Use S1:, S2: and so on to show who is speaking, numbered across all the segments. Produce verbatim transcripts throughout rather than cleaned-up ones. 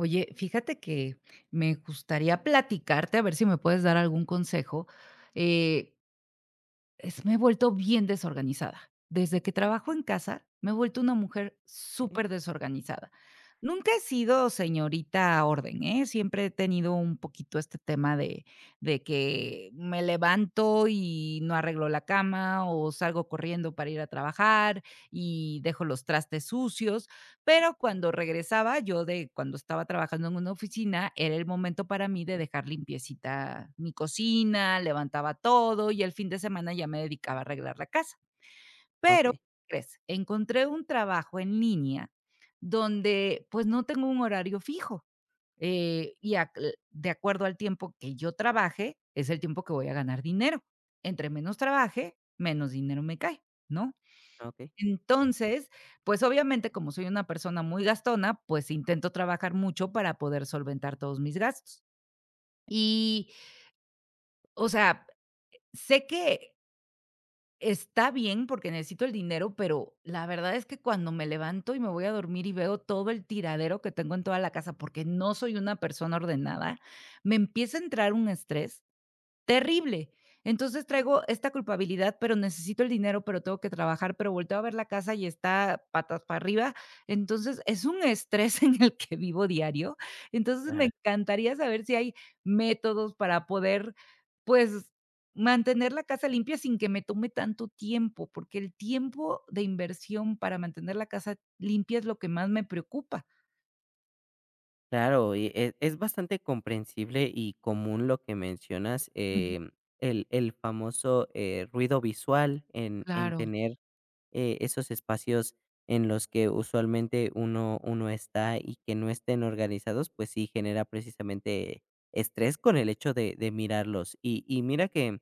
S1: Oye, fíjate que me gustaría platicarte, a ver si me puedes dar algún consejo. Eh, es Me he vuelto bien desorganizada. Desde que trabajo en casa, me he vuelto una mujer súper desorganizada. Nunca he sido señorita orden, ¿eh? Siempre he tenido un poquito este tema de de que me levanto y no arreglo la cama, o salgo corriendo para ir a trabajar y dejo los trastes sucios. Pero cuando regresaba, yo de cuando estaba trabajando en una oficina, era el momento para mí de
S2: Sí,
S1: dejar limpiecita mi cocina, levantaba todo y el fin de semana ya me dedicaba a arreglar la casa. Pero,
S2: okey,
S1: ¿qué crees? Encontré un trabajo en línea donde, pues, no tengo un horario fijo, eh, y ac de acuerdo al tiempo que yo trabaje, es el tiempo que voy a ganar dinero. Entre menos trabaje, menos dinero me cae, ¿no?
S2: okey.
S1: Entonces, pues, obviamente, como soy una persona muy gastona, pues, intento trabajar mucho para poder solventar todos mis gastos. Y, o sea, sé que está bien porque necesito el dinero, pero la verdad es que cuando me levanto y me voy a dormir y veo todo el tiradero que tengo en toda la casa, porque no soy una persona ordenada, me empieza a entrar un estrés terrible. Entonces traigo esta culpabilidad, pero necesito el dinero, pero tengo que trabajar, pero volteo a ver la casa y está patas para arriba. Entonces, es un estrés en el que vivo diario. Entonces, me
S2: Ajá.
S1: encantaría saber si hay métodos para poder, pues, mantener la casa limpia sin que me tome tanto tiempo, porque el tiempo de inversión para mantener la casa limpia es lo que más me preocupa.
S2: Claro, y e es bastante comprensible y común lo que mencionas,
S1: Ujú,
S2: em, el el famoso, eh, ruido visual, en en
S1: claro.
S2: tener, eh, esos espacios en los que usualmente uno uno está y que no estén organizados, pues sí genera precisamente estrés con el hecho de de mirarlos. Y y mira que,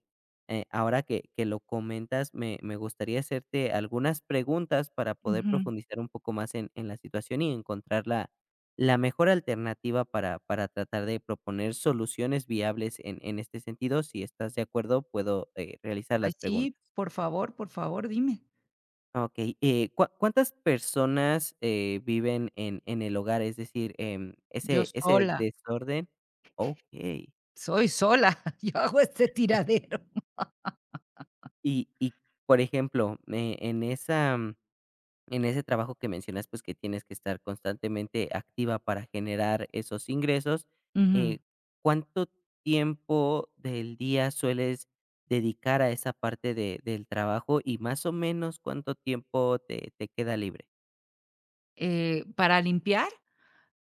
S2: eh, ahora que que lo comentas, me me gustaría hacerte algunas preguntas para poder
S1: Ujú.
S2: profundizar un poco más en en la situación y encontrar la la mejor alternativa para, para tratar de proponer soluciones viables en, en este sentido. Si estás de acuerdo, puedo eh, realizar
S1: Ay,
S2: las
S1: sí,
S2: preguntas.
S1: por favor, por favor, dime.
S2: Ok, eh, ¿cuá- ¿cuántas personas eh, viven en, en el hogar? Es decir, em,
S1: Yo
S2: ese, ese
S1: sola.
S2: desorden. Ok.
S1: Soy sola, yo hago este tiradero.
S2: Y, y por ejemplo, eh, en esa en ese trabajo que mencionas, pues, que tienes que estar constantemente activa para generar esos ingresos,
S1: Ujú.
S2: eh, ¿cuánto tiempo del día sueles dedicar a esa parte de del trabajo? Y más o menos, ¿cuánto tiempo te te queda libre?
S1: Eh, ¿para limpiar?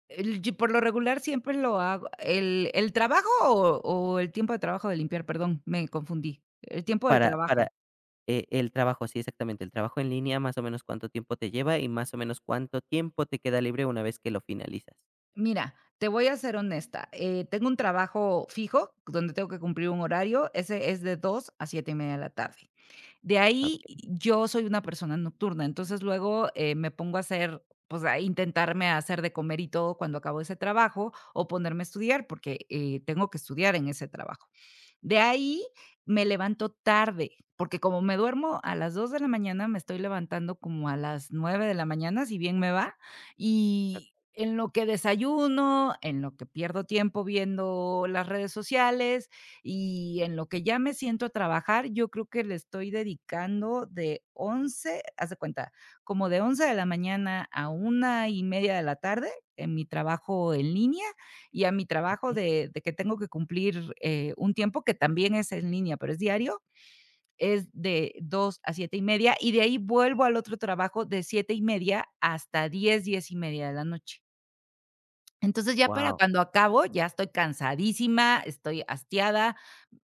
S1: El yo por lo regular siempre lo hago. ¿El el trabajo o o el tiempo de trabajo de limpiar? Perdón, me confundí. El tiempo del
S2: Para para,
S1: trabajo.
S2: eh, el trabajo, sí, exactamente, el trabajo en línea, más o menos, ¿cuánto tiempo te lleva? Y más o menos, ¿cuánto tiempo te queda libre una vez que lo finalizas?
S1: Mira, te voy a ser honesta, eh, tengo un trabajo fijo donde tengo que cumplir un horario, ese es de dos a siete y media de la tarde. De ahí,
S2: Okey,
S1: yo soy una persona nocturna, entonces luego, eh, me pongo a hacer, pues, a intentarme hacer de comer y todo cuando acabo ese trabajo, o ponerme a estudiar, porque, eh, tengo que estudiar en ese trabajo. De ahí me levanto tarde, porque como me duermo a las dos de la mañana, me estoy levantando como a las nueve de la mañana, si bien me va, y en lo que desayuno, en lo que pierdo tiempo viendo las redes sociales y en lo que ya me siento a trabajar, yo creo que le estoy dedicando de once, haz de cuenta, como de once de la mañana a una y media de la tarde en mi trabajo en línea y a mi trabajo de de que tengo que cumplir, eh, un tiempo que también es en línea, pero es diario, es de dos a siete y media y de ahí vuelvo al otro trabajo de siete y media hasta diez diez y media de la noche. Entonces, ya para
S2: guau,
S1: cuando acabo, ya estoy cansadísima, estoy hastiada.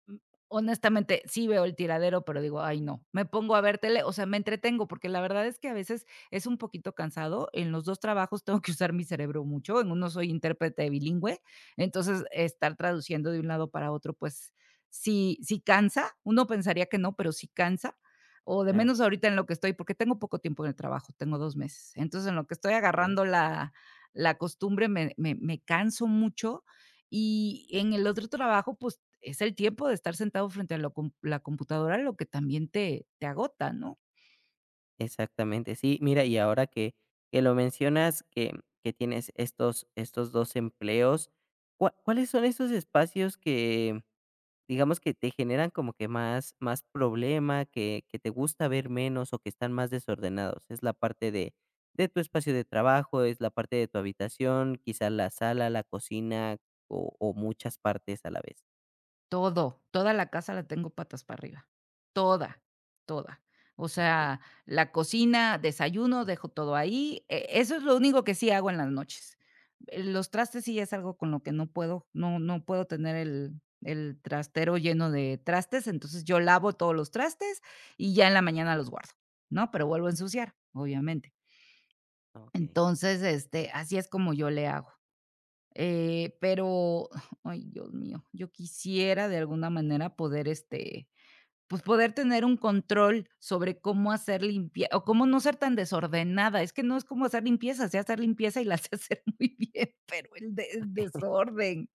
S1: Mm, honestamente, sí veo el tiradero, pero digo: "Ay, no". Me pongo a ver tele, o sea, me entretengo, porque la verdad es que a veces es un poquito cansado. En los dos trabajos tengo que usar mi cerebro mucho. En uno soy intérprete bilingüe, entonces, estar traduciendo de un lado para otro, pues, sí sí cansa. Uno pensaría que no, pero sí cansa, o de
S2: claro,
S1: menos ahorita en lo que estoy, porque tengo poco tiempo en el trabajo, tengo dos meses. Entonces, en lo que estoy
S2: okey.
S1: agarrando la la costumbre, me me me canso mucho, y en el otro trabajo, pues, es el tiempo de estar sentado frente a lo com la computadora lo que también te te agota, ¿no?
S2: Exactamente, sí. Mira, y ahora que que lo mencionas, que que tienes estos estos dos empleos, ¿cua ¿cuáles son esos espacios que, digamos, que te generan como que más más problema, que que te gusta ver menos o que están más desordenados? ¿Es la parte de de tu espacio de trabajo, es la parte de tu habitación, quizá la sala, la cocina o o muchas partes a la vez?
S1: Todo, toda la casa la tengo patas para arriba, toda, toda. O
S2: Okey,
S1: sea, la cocina, desayuno, dejo todo ahí, e eso es lo único que sí hago en las noches. Eh, Los trastes sí es algo con lo que no puedo, no no puedo tener el el trastero lleno de trastes, entonces yo lavo todos los trastes y ya en la mañana los guardo, ¿no? Pero vuelvo a ensuciar, obviamente.
S2: okey.
S1: Entonces, este, así es como yo le hago. Eh, pero, ay, Dios mío, yo quisiera de alguna manera poder, este, pues, poder tener un control sobre cómo hacer limpie o cómo no ser tan desordenada. Es que no es como hacer limpieza, sé hacer limpieza y la sé hacer muy bien, pero el de el desorden.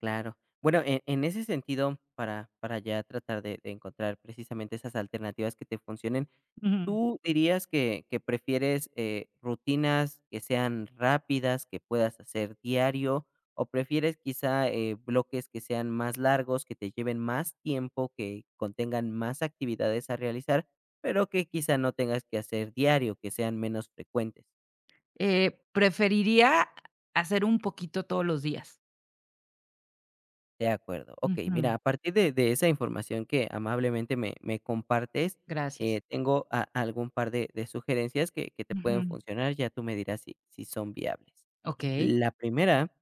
S2: Claro. Bueno, en en ese sentido, para para ya tratar de de encontrar precisamente esas alternativas que te funcionen,
S1: Ujú.
S2: ¿tú dirías que que prefieres, eh, rutinas que sean rápidas, que puedas hacer diario, o prefieres quizá, eh, bloques que sean más largos, que te lleven más tiempo, que contengan más actividades a realizar, pero que quizá no tengas que hacer diario, que sean menos frecuentes?
S1: Eh, preferiría hacer un poquito todos los días.
S2: De acuerdo. Okey,
S1: Ujú,
S2: mira, a partir de de esa información que amablemente me me compartes, eh,
S1: gracias.
S2: tengo a algún par de de sugerencias que que te pueden
S1: Ujú,
S2: funcionar, ya tú me dirás si si son viables.
S1: okey.
S2: La primera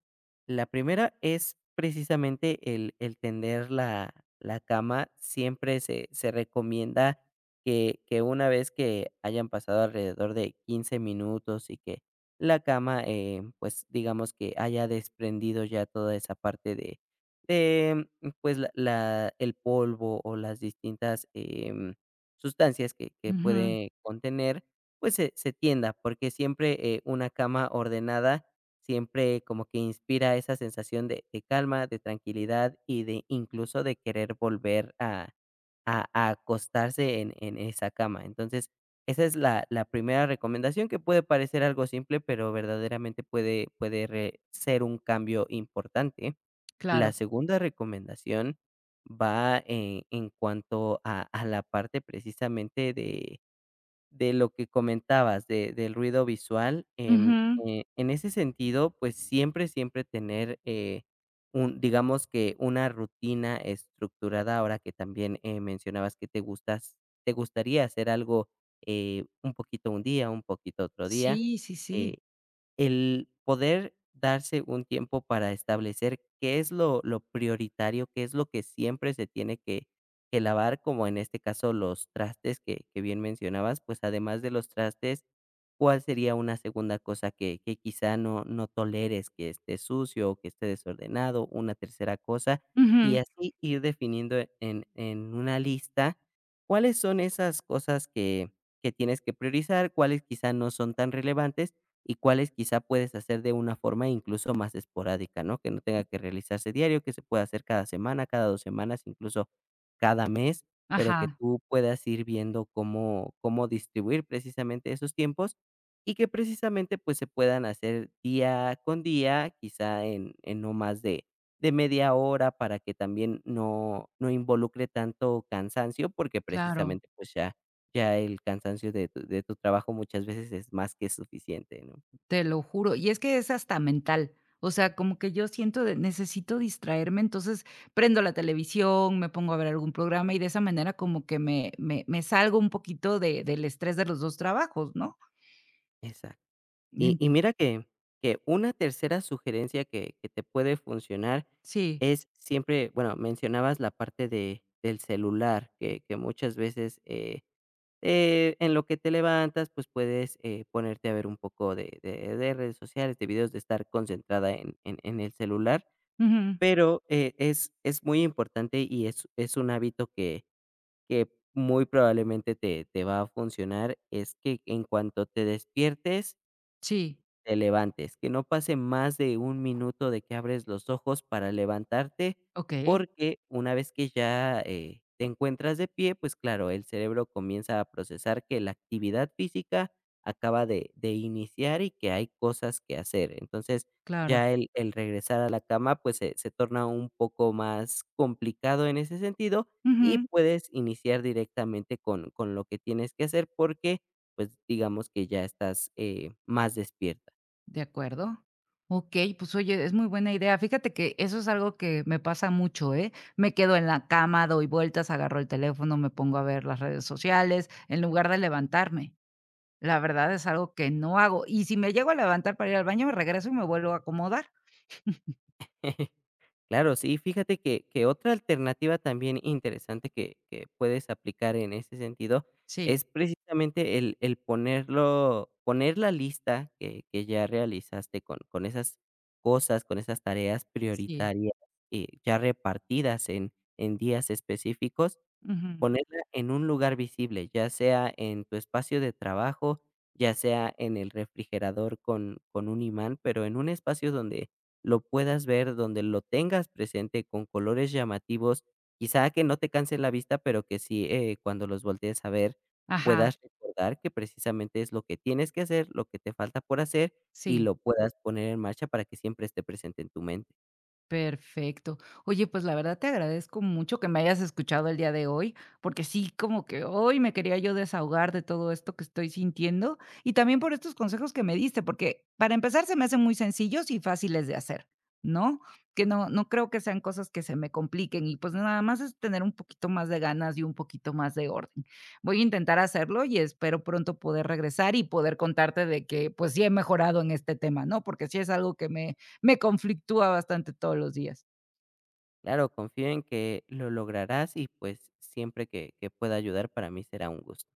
S2: la primera es precisamente el el tender la la cama, siempre se se recomienda que que una vez que hayan pasado alrededor de quince minutos y que la cama, eh, pues, digamos que haya desprendido ya toda esa parte de de, pues, la la el polvo o las distintas, em, sustancias que que
S1: Ujú,
S2: puede contener, pues, se se tienda, porque siempre, eh, una cama ordenada siempre como que inspira esa sensación de de calma, de tranquilidad y de, incluso, de querer volver a a a acostarse en en esa cama. Entonces, esa es la la primera recomendación que puede parecer algo simple, pero verdaderamente puede puede re ser un cambio importante. La
S1: claro.
S2: segunda recomendación va en, en cuanto a, a la parte precisamente de, de lo que comentabas, de- del ruido visual. em,
S1: Ujú.
S2: eh, en ese sentido, pues siempre, siempre tener, eh, un, digamos que una rutina estructurada, ahora que también eh, mencionabas que te gustas, te gustaría hacer algo eh, un poquito un día, un poquito otro día.
S1: Sí, sí, sí.
S2: eh, el poder darse un tiempo para establecer qué es lo lo prioritario, qué es lo que siempre se tiene que que lavar, como en este caso los trastes que que bien mencionabas, pues, además de los trastes, ¿cuál sería una segunda cosa que que quizá no no toleres que esté sucio o que esté desordenado? Una tercera cosa, y
S1: Ujú.
S2: así ir definiendo en en una lista cuáles son esas cosas que que tienes que priorizar, cuáles quizá no son tan relevantes y cuáles quizá puedes hacer de una forma incluso más esporádica, ¿no? Que no tenga que realizarse diario, que se pueda hacer cada semana, cada dos semanas, incluso cada mes, pero que
S1: Ajá,
S2: tú puedas ir viendo cómo cómo distribuir precisamente esos tiempos y que precisamente, pues, se puedan hacer día con día, quizá en en no más de de media hora para que también no no involucre tanto cansancio, porque
S1: claro.
S2: precisamente, pues, ya ya el cansancio de tu de tu trabajo muchas veces es más que suficiente, ¿no?
S1: Te lo juro. Y es que es hasta mental. O sea, como que yo siento de necesito distraerme, entonces prendo la televisión, me pongo a ver algún programa y de esa manera como que me me me salgo un poquito de del estrés de los dos trabajos, ¿no?
S2: Exacto. Y
S1: En
S2: y mira que que una tercera sugerencia que que te puede funcionar
S1: sí.
S2: es siempre, bueno, mencionabas la parte de del celular, que que muchas veces, eh eh, en lo que te levantas, pues, puedes, eh, ponerte a ver un poco de de de redes sociales, de videos, de estar concentrada en en en el celular,
S1: Ujú.
S2: pero, eh, es es muy importante y es es un hábito que que muy probablemente te te va a funcionar, es que en cuanto te despiertes
S1: Sí.
S2: te levantes, que no pase más de un minuto de que abres los ojos para levantarte,
S1: Okey,
S2: porque una vez que ya, eh, te encuentras de pie, pues claro, el cerebro comienza a procesar que la actividad física acaba de de iniciar y que hay cosas que hacer. Entonces,
S1: claro.
S2: ya el el regresar a la cama, pues se se torna un poco más complicado en ese sentido y
S1: Ujú.
S2: puedes iniciar directamente con con lo que tienes que hacer porque, pues, digamos que ya estás, eh, más despierto.
S1: De acuerdo. Okey, pues, oye, es muy buena idea. Fíjate que eso es algo que me pasa mucho, ¿eh? Me quedo en la cama, doy vueltas, agarro el teléfono, me pongo a ver las redes sociales, en lugar de levantarme. La verdad es algo que no hago, y si me llego a levantar para ir al baño, me regreso y me vuelvo a acomodar.
S2: Claro, sí, fíjate que, que otra alternativa también interesante que, que puedes aplicar en ese sentido es
S1: Sí,
S2: precisamente el, el ponerlo, poner la lista que, que ya realizaste con, con esas cosas, con esas tareas
S1: sí.
S2: prioritarias eh, ya repartidas en, en días específicos.
S1: Ujú.
S2: Ponerla en un lugar visible, ya sea en tu espacio de trabajo, ya sea en el refrigerador con con un imán, pero en un espacio donde lo puedas ver, donde lo tengas presente con colores llamativos, quizá que no te canse la vista, pero que sí, eh, cuando los voltees a ver,
S1: Ajá,
S2: puedas recordar que precisamente es lo que tienes que hacer, lo que te falta por hacer, y
S1: sí.
S2: lo puedas poner en marcha para que siempre esté presente en tu mente.
S1: Perfecto. Oye, pues la verdad te agradezco mucho que me hayas escuchado el día de hoy, porque sí, como que hoy me quería yo desahogar de todo esto que estoy sintiendo y también por estos consejos que me diste, porque para empezar se me hacen muy sencillos y fáciles de hacer, ¿no? Que no, no creo que sean cosas que se me compliquen y pues nada más es tener un poquito más de ganas y un poquito más de orden. Voy a intentar hacerlo y espero pronto poder regresar y poder contarte de que pues sí he mejorado en este tema, ¿no? Porque sí es algo que me me conflictúa bastante todos los días.
S2: Claro, confío en que lo lograrás y pues siempre que, que pueda ayudar para mí será un gusto.